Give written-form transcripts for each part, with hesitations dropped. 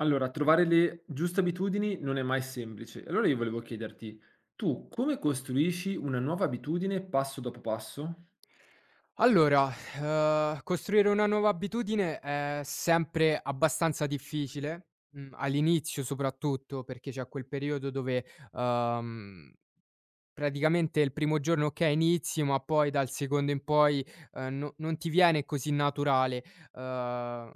Allora, trovare le giuste abitudini non è mai semplice. Allora io volevo chiederti, tu come costruisci una nuova abitudine passo dopo passo? Allora, costruire una nuova abitudine è sempre abbastanza difficile, all'inizio soprattutto, perché c'è quel periodo dove, uhm, praticamente il primo giorno okay inizi, ma poi dal secondo in poi, no non ti viene così naturale, uhm,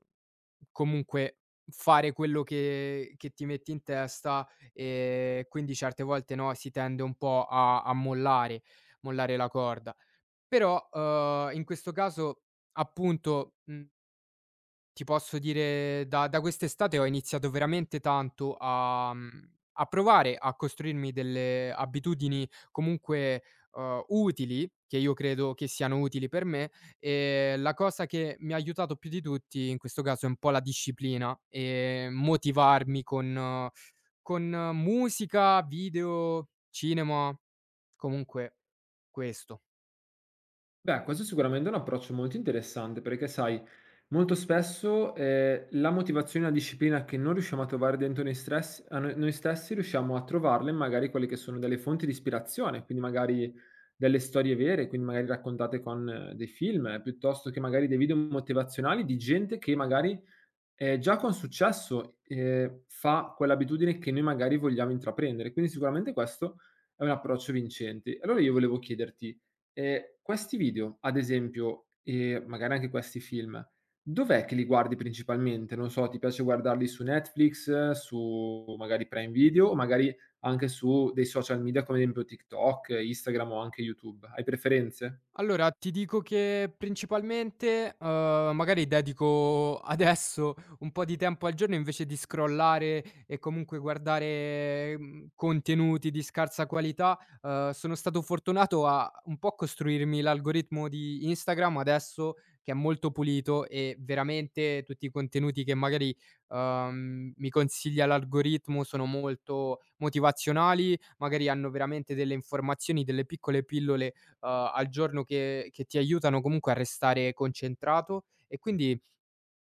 comunque fare quello che ti metti in testa, e quindi certe volte, no, si tende un po' a mollare la corda. Però, in questo caso, appunto, ti posso dire da quest'estate ho iniziato veramente tanto a a provare a costruirmi delle abitudini comunque, utili, che io credo che siano utili per me, e la cosa che mi ha aiutato più di tutti in questo caso è un po' la disciplina e motivarmi con musica, video, cinema, comunque questo. Beh, questo è sicuramente un approccio molto interessante perché, sai, molto spesso la motivazione e la disciplina che non riusciamo a trovare dentro noi, a noi stessi, riusciamo a trovarle in magari quelle che sono delle fonti di ispirazione, quindi magari delle storie vere, quindi magari raccontate con dei film, piuttosto che magari dei video motivazionali di gente che magari, già con successo, fa quell'abitudine che noi magari vogliamo intraprendere, quindi sicuramente questo è un approccio vincente. E allora io volevo chiederti, questi video, ad esempio, e magari anche questi film, dov'è che li guardi principalmente? Non so, ti piace guardarli su Netflix, su magari Prime Video o magari anche su dei social media come ad esempio TikTok, Instagram o anche YouTube? Hai preferenze? Allora, ti dico che principalmente, magari dedico adesso un po' di tempo al giorno invece di scrollare e comunque guardare, contenuti di scarsa qualità. Sono stato fortunato a un po' costruirmi l'algoritmo di Instagram adesso che è molto pulito e veramente tutti i contenuti che magari, mi consiglia l'algoritmo sono molto motivazionali, magari hanno veramente delle informazioni, delle piccole pillole al giorno che ti aiutano comunque a restare concentrato e quindi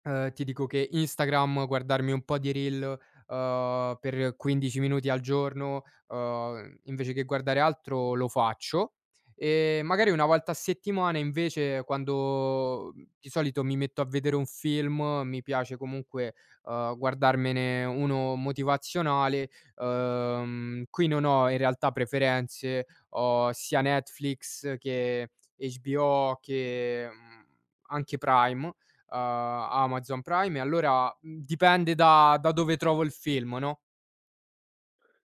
Ti dico che Instagram, guardarmi un po' di reel, per 15 minuti al giorno, invece che guardare altro lo faccio. E magari una volta a settimana invece quando di solito mi metto a vedere un film, mi piace comunque, guardarmene uno motivazionale. Qui non ho in realtà preferenze, ho sia Netflix che HBO che, anche Prime uhm, Amazon Prime e allora, dipende da dove trovo il film, no?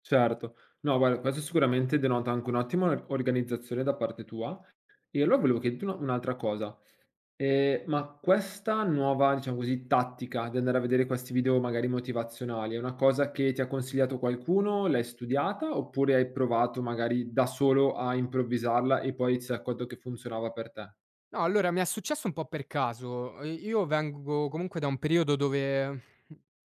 Certo. No guarda, questo sicuramente denota anche un'ottima or organizzazione da parte tua. E allora volevo chiederti una un'altra cosa, ma questa nuova, diciamo così, tattica di andare a vedere questi video magari motivazionali, è una cosa che ti ha consigliato qualcuno, l'hai studiata, oppure hai provato magari da solo a improvvisarla e poi ti sei accorto che funzionava per te? No, allora mi è successo un po' per caso. Io vengo comunque da un periodo dove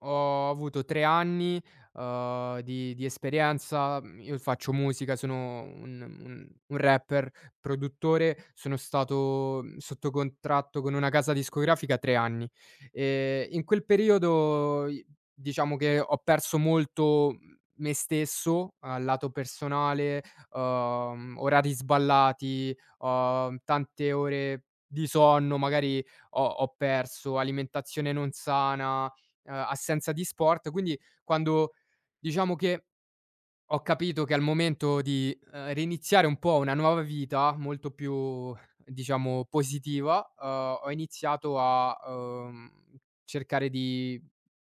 ho avuto 3 anni, di esperienza. Mhmm, io faccio musica, sono un rapper, produttore, sono stato, sotto contratto con una casa discografica 3 anni. In quel periodo i diciamo che ho perso molto, me stesso, al lato personale, orari sballati, ho tante ore di sonno, magari ho perso, alimentazione non sana, assenza di sport. Quindi quando diciamo che ho capito che al momento di, reiniziare un po' una nuova vita molto più diciamo positiva, ho iniziato a, cercare di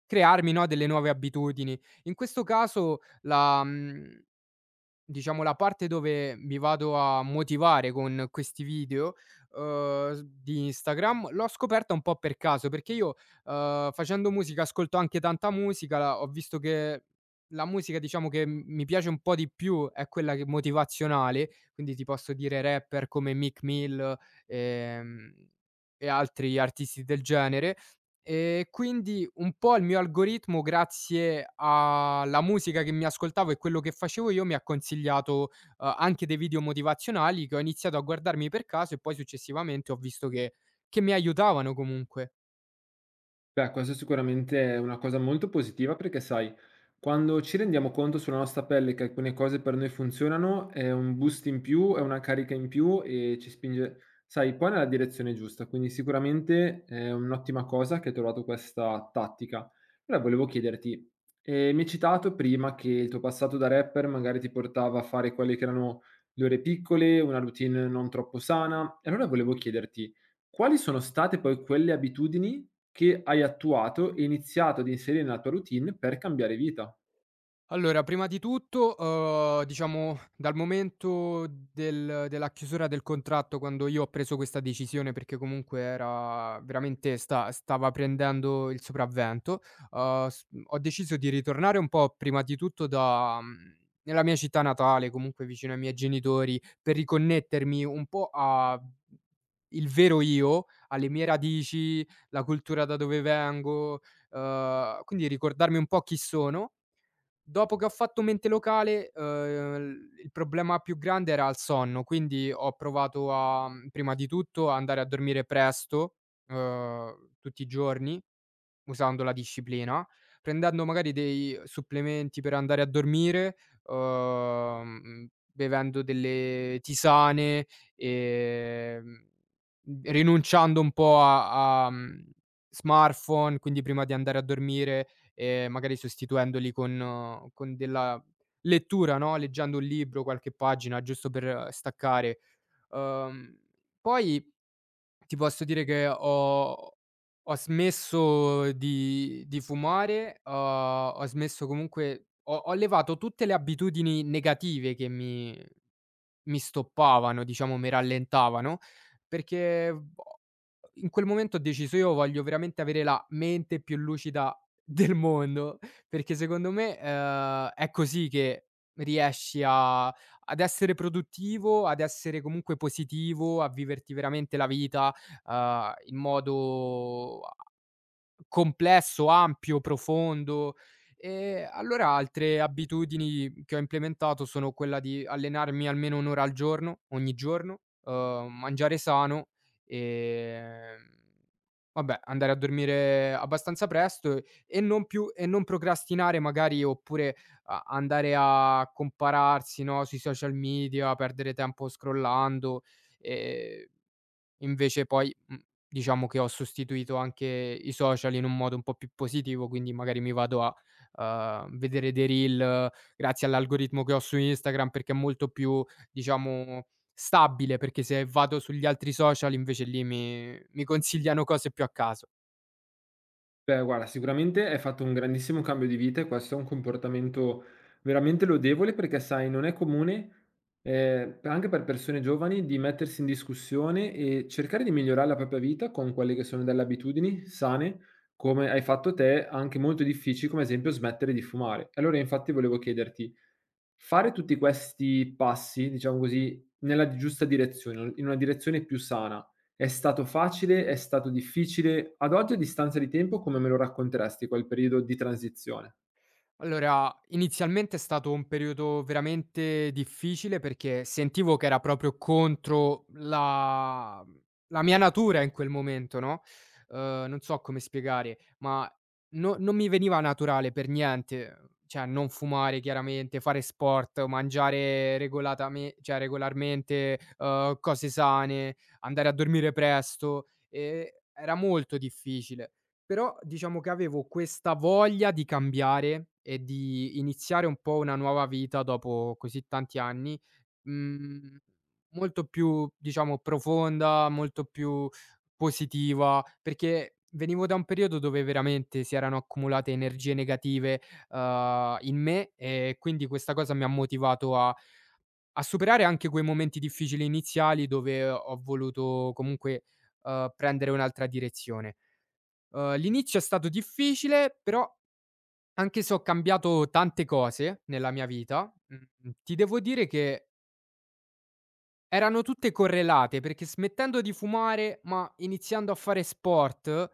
crearmi, no, delle nuove abitudini. In questo caso la mhmm Diciamo la parte dove mi vado a motivare con questi video, s di Instagram, l'ho scoperta un po' per caso, perché io, facendo musica ascolto anche tanta musica, ho visto che la musica diciamo che m mi piace un po' di più è quella che motivazionale, quindi ti posso dire rapper come Meek Mill, ehm, e altri artisti del genere. E quindi un po' il mio algoritmo, grazie alla musica che mi ascoltavo e quello che facevo io, mi ha consigliato, anche dei video motivazionali che ho iniziato a guardarmi per caso e poi successivamente ho visto che mi aiutavano comunque. Beh, questo sicuramente è una cosa molto positiva, perché, sai, quando ci rendiamo conto sulla nostra pelle che alcune cose per noi funzionano, è un boost in più, è una carica in più e ci spinge, sai, poi nella direzione giusta. Quindi sicuramente è un'ottima cosa che hai trovato questa tattica. Però volevo chiederti, mi hai citato prima che il tuo passato da rapper magari ti portava a fare quelle che erano le ore piccole, una routine non troppo sana. E allora volevo chiederti, quali sono state poi quelle abitudini che hai attuato e iniziato ad inserire nella tua routine per cambiare vita? Allora, prima di tutto, diciamo dal momento della chiusura del contratto, quando io ho preso questa decisione, perché comunque era veramente stava prendendo il sopravvento, s ho deciso di ritornare un po' prima di tutto nella mia città natale, comunque vicino ai miei genitori, per riconnettermi un po' a il vero io, alle mie radici, la cultura da dove vengo, quindi ricordarmi un po' chi sono. Dopo che ho fatto mente locale, il problema più grande era il sonno, quindi ho provato a, prima di tutto, a andare a dormire presto, tutti i giorni, usando la disciplina, prendendo magari dei supplementi per andare a dormire, bevendo delle tisane, ehm, rinunciando un po' a smartphone, quindi prima di andare a dormire, magari sostituendoli con della lettura, no, leggendo un libro, qualche pagina giusto per staccare. Uhm, poi ti posso dire che ho smesso di fumare, ho smesso comunque ho levato tutte le abitudini negative che mi stoppavano, diciamo mi rallentavano, perché boh, in quel momento ho deciso: "Io voglio veramente avere la mente più lucida del mondo", perché secondo me, è così che riesci a ad essere produttivo, ad essere comunque positivo, a viverti veramente la vita, in modo a complesso, ampio, profondo. Allora altre abitudini che ho implementato sono quella di allenarmi almeno 1 ora al giorno, ogni giorno, mangiare sano, ehm, vabbè andare a dormire abbastanza presto e non più e non procrastinare magari oppure a andare a compararsi, no, sui social media, perdere tempo scrollando. ehm Invece poi, diciamo che ho sostituito anche i social in un modo un po' più positivo, quindi magari mi vado a, vedere dei reel grazie all'algoritmo che ho su Instagram, perché è molto più, diciamo, stabile, perché se vado sugli altri social invece lì mi consigliano cose più a caso. Beh, guarda, sicuramente hai fatto un grandissimo cambio di vita e questo è un comportamento veramente lodevole, perché, sai, non è comune, anche per persone giovani, di mettersi in discussione e cercare di migliorare la propria vita con quelle che sono delle abitudini sane, come hai fatto te, anche molto difficili, come ad esempio smettere di fumare. Allora infatti volevo chiederti: fare tutti questi passi, diciamo così, nella giusta direzione, in una direzione più sana, è stato facile? È stato difficile? Ad oggi, a distanza di tempo, come me lo racconteresti quel periodo di transizione? Allora, inizialmente è stato un periodo veramente difficile perché sentivo che era proprio contro la mia natura in quel momento, no, non so come spiegare, ma no non mi veniva naturale per niente, cioè non fumare chiaramente, fare sport, mangiare regolatame cioè regolarmente, cose sane, andare a dormire presto, era molto difficile. Però diciamo che avevo questa voglia di cambiare e di iniziare un po' una nuova vita dopo così tanti anni, mhmm, molto più diciamo profonda, molto più positiva, perché venivo da un periodo dove veramente si erano accumulate energie negative, in me e quindi questa cosa mi ha motivato a superare anche quei momenti difficili iniziali dove ho voluto comunque, prendere un'altra direzione. L'inizio è stato difficile, però anche se ho cambiato tante cose nella mia vita, ti devo dire che erano tutte correlate, perché smettendo di fumare, ma iniziando a fare sport.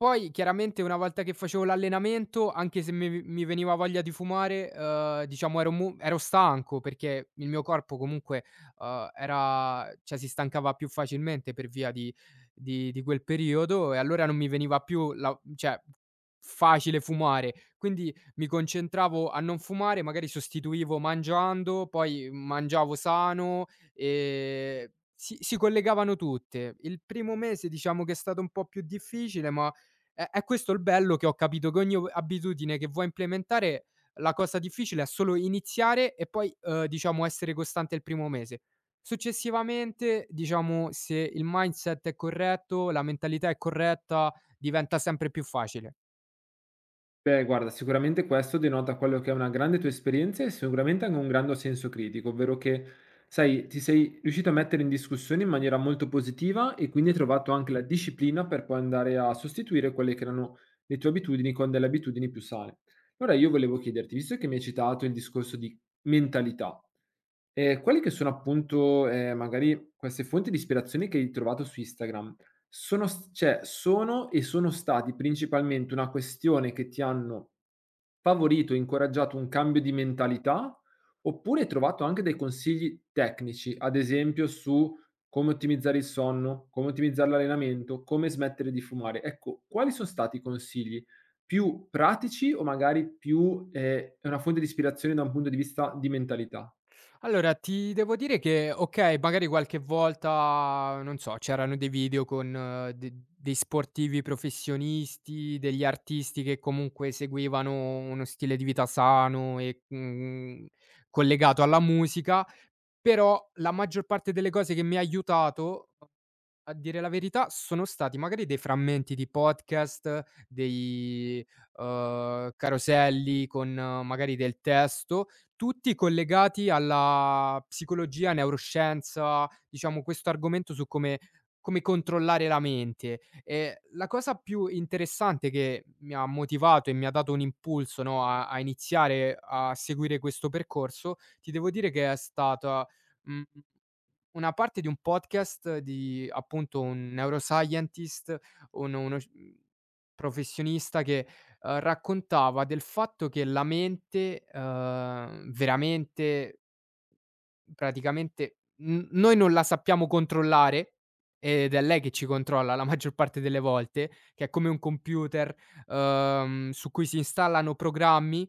Poi chiaramente una volta che facevo l'allenamento, anche se mi veniva voglia di fumare, diciamo ero stanco perché il mio corpo comunque, era cioè si stancava più facilmente per via di quel periodo e allora non mi veniva più la cioè facile fumare. Quindi mi concentravo a non fumare, magari sostituivo mangiando, poi mangiavo sano, ehm, si collegavano tutte. Il primo mese diciamo che è stato un po' più difficile, ma è questo il bello che ho capito che ogni o abitudine che vuoi implementare, la cosa difficile è solo iniziare e poi, diciamo essere costante il primo mese. Successivamente, diciamo, se il mindset è corretto, la mentalità è corretta, diventa sempre più facile. Beh, guarda, sicuramente questo denota quello che è una grande tua esperienza e sicuramente anche un grande senso critico, ovvero che, sai, ti sei riuscito a mettere in discussione in maniera molto positiva e quindi hai trovato anche la disciplina per poi andare a sostituire quelle che erano le tue abitudini con delle abitudini più sane. Allora io volevo chiederti, visto che mi hai citato il discorso di mentalità, quelle che sono appunto, magari queste fonti di ispirazione che hai trovato su Instagram, sono s cioè sono stati principalmente una questione che ti hanno favorito, incoraggiato un cambio di mentalità, oppure hai trovato anche dei consigli tecnici, ad esempio su come ottimizzare il sonno, come ottimizzare l'allenamento, come smettere di fumare? Ecco, quali son stati i consigli? Più pratici, o magari più, è una fonte di ispirazione da un punto di vista di mentalità? Allora, ti devo dire che, okay, magari qualche volta, non so, c'erano dei video con de dei sportivi professionisti, degli artisti che comunque seguivano uno stile di vita sano e collegato alla musica, però la maggior parte delle cose che mi ha aiutato a dire la verità, sono stati magari dei frammenti di podcast, dei caroselli con magari del testo, tutti collegati alla psicologia, neuroscienza, diciamo questo argomento su come controllare la mente. La cosa più interessante che mi ha motivato e mi ha dato un impulso, no, a iniziare a seguire questo percorso, ti devo dire che è stata, mhmm una parte di un podcast di appunto un neuroscientist, un uno sci mhmm, professionista che, raccontava del fatto che la mente, veramente praticamente n noi non la sappiamo controllare, ed è lei che ci controlla la maggior parte delle volte, che è come un computer, su cui si installano programmi.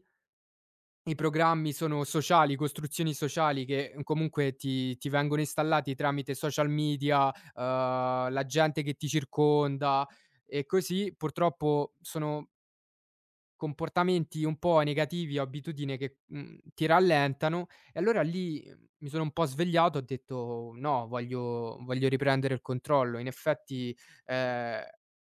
I programmi sono sociali, costruzioni sociali che comunque ti vengono installati tramite social media, la gente che ti circonda e così purtroppo sono comportamenti un po' negativi o abitudini che, ti rallentano e allora lì, mi sono un po' svegliato, ho detto: "No, voglio riprendere il controllo". In effetti, ehm,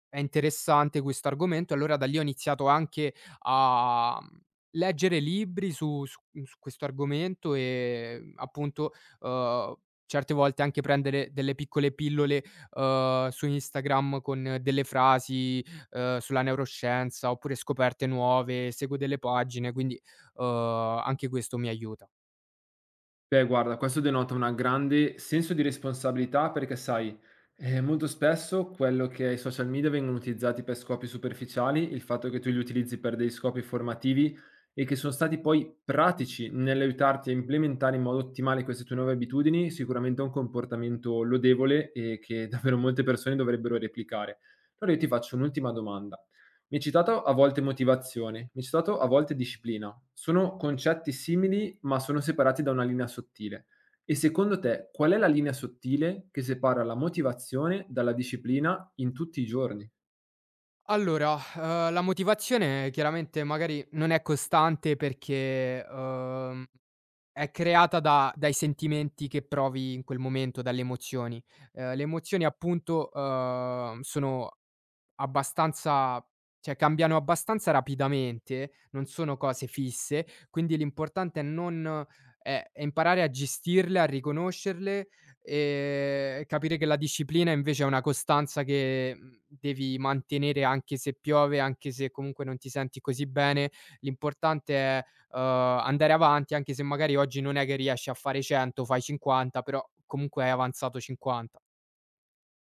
è interessante questo argomento e allora da lì ho iniziato anche a, leggere libri su questo argomento e appunto, uhm, certe volte anche prendere delle piccole pillole, su Instagram con delle frasi sulla neuroscienza, oppure scoperte nuove, seguo delle pagine, quindi, uhm, anche questo mi aiuta. Beh, guarda, questo denota una grande senso di responsabilità, perché, sai, molto spesso quello che i social media vengono utilizzati per scopi superficiali, il fatto che tu li utilizzi per degli scopi formativi e che sono stati poi pratici nell'aiutarti a implementare in modo ottimale queste tue nuove abitudini, sicuramente è un comportamento lodevole e che davvero molte persone dovrebbero replicare. Allora io ti faccio un'ultima domanda. Mi hai citato a volte motivazione, mi hai citato a volte disciplina. Sono concetti simili, ma sono separati da una linea sottile. E secondo te, qual è la linea sottile che separa la motivazione dalla disciplina in tutti i giorni? Allora, la motivazione chiaramente magari non è costante perché, è creata da dai sentimenti che provi in quel momento, dalle emozioni. Le emozioni appunto, sono Abbastanza cioè cambiano abbastanza rapidamente, non sono cose fisse, quindi l'importante è non è è imparare a gestirle, a riconoscerle e capire che la disciplina invece è una costanza che, devi mantenere anche se piove, anche se comunque non ti senti così bene. L'importante è, andare avanti anche se magari oggi non è che riesci a fare 100, fai 50, però comunque hai avanzato 50.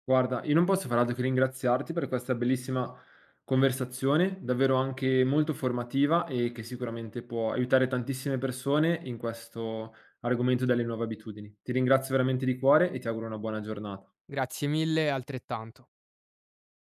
Guarda, io non posso far altro che ringraziarti per questa bellissima conversazione, davvero anche molto formativa e che sicuramente può aiutare tantissime persone in questo argomento delle nuove abitudini. Ti ringrazio veramente di cuore e ti auguro una buona giornata. Grazie mille, altrettanto.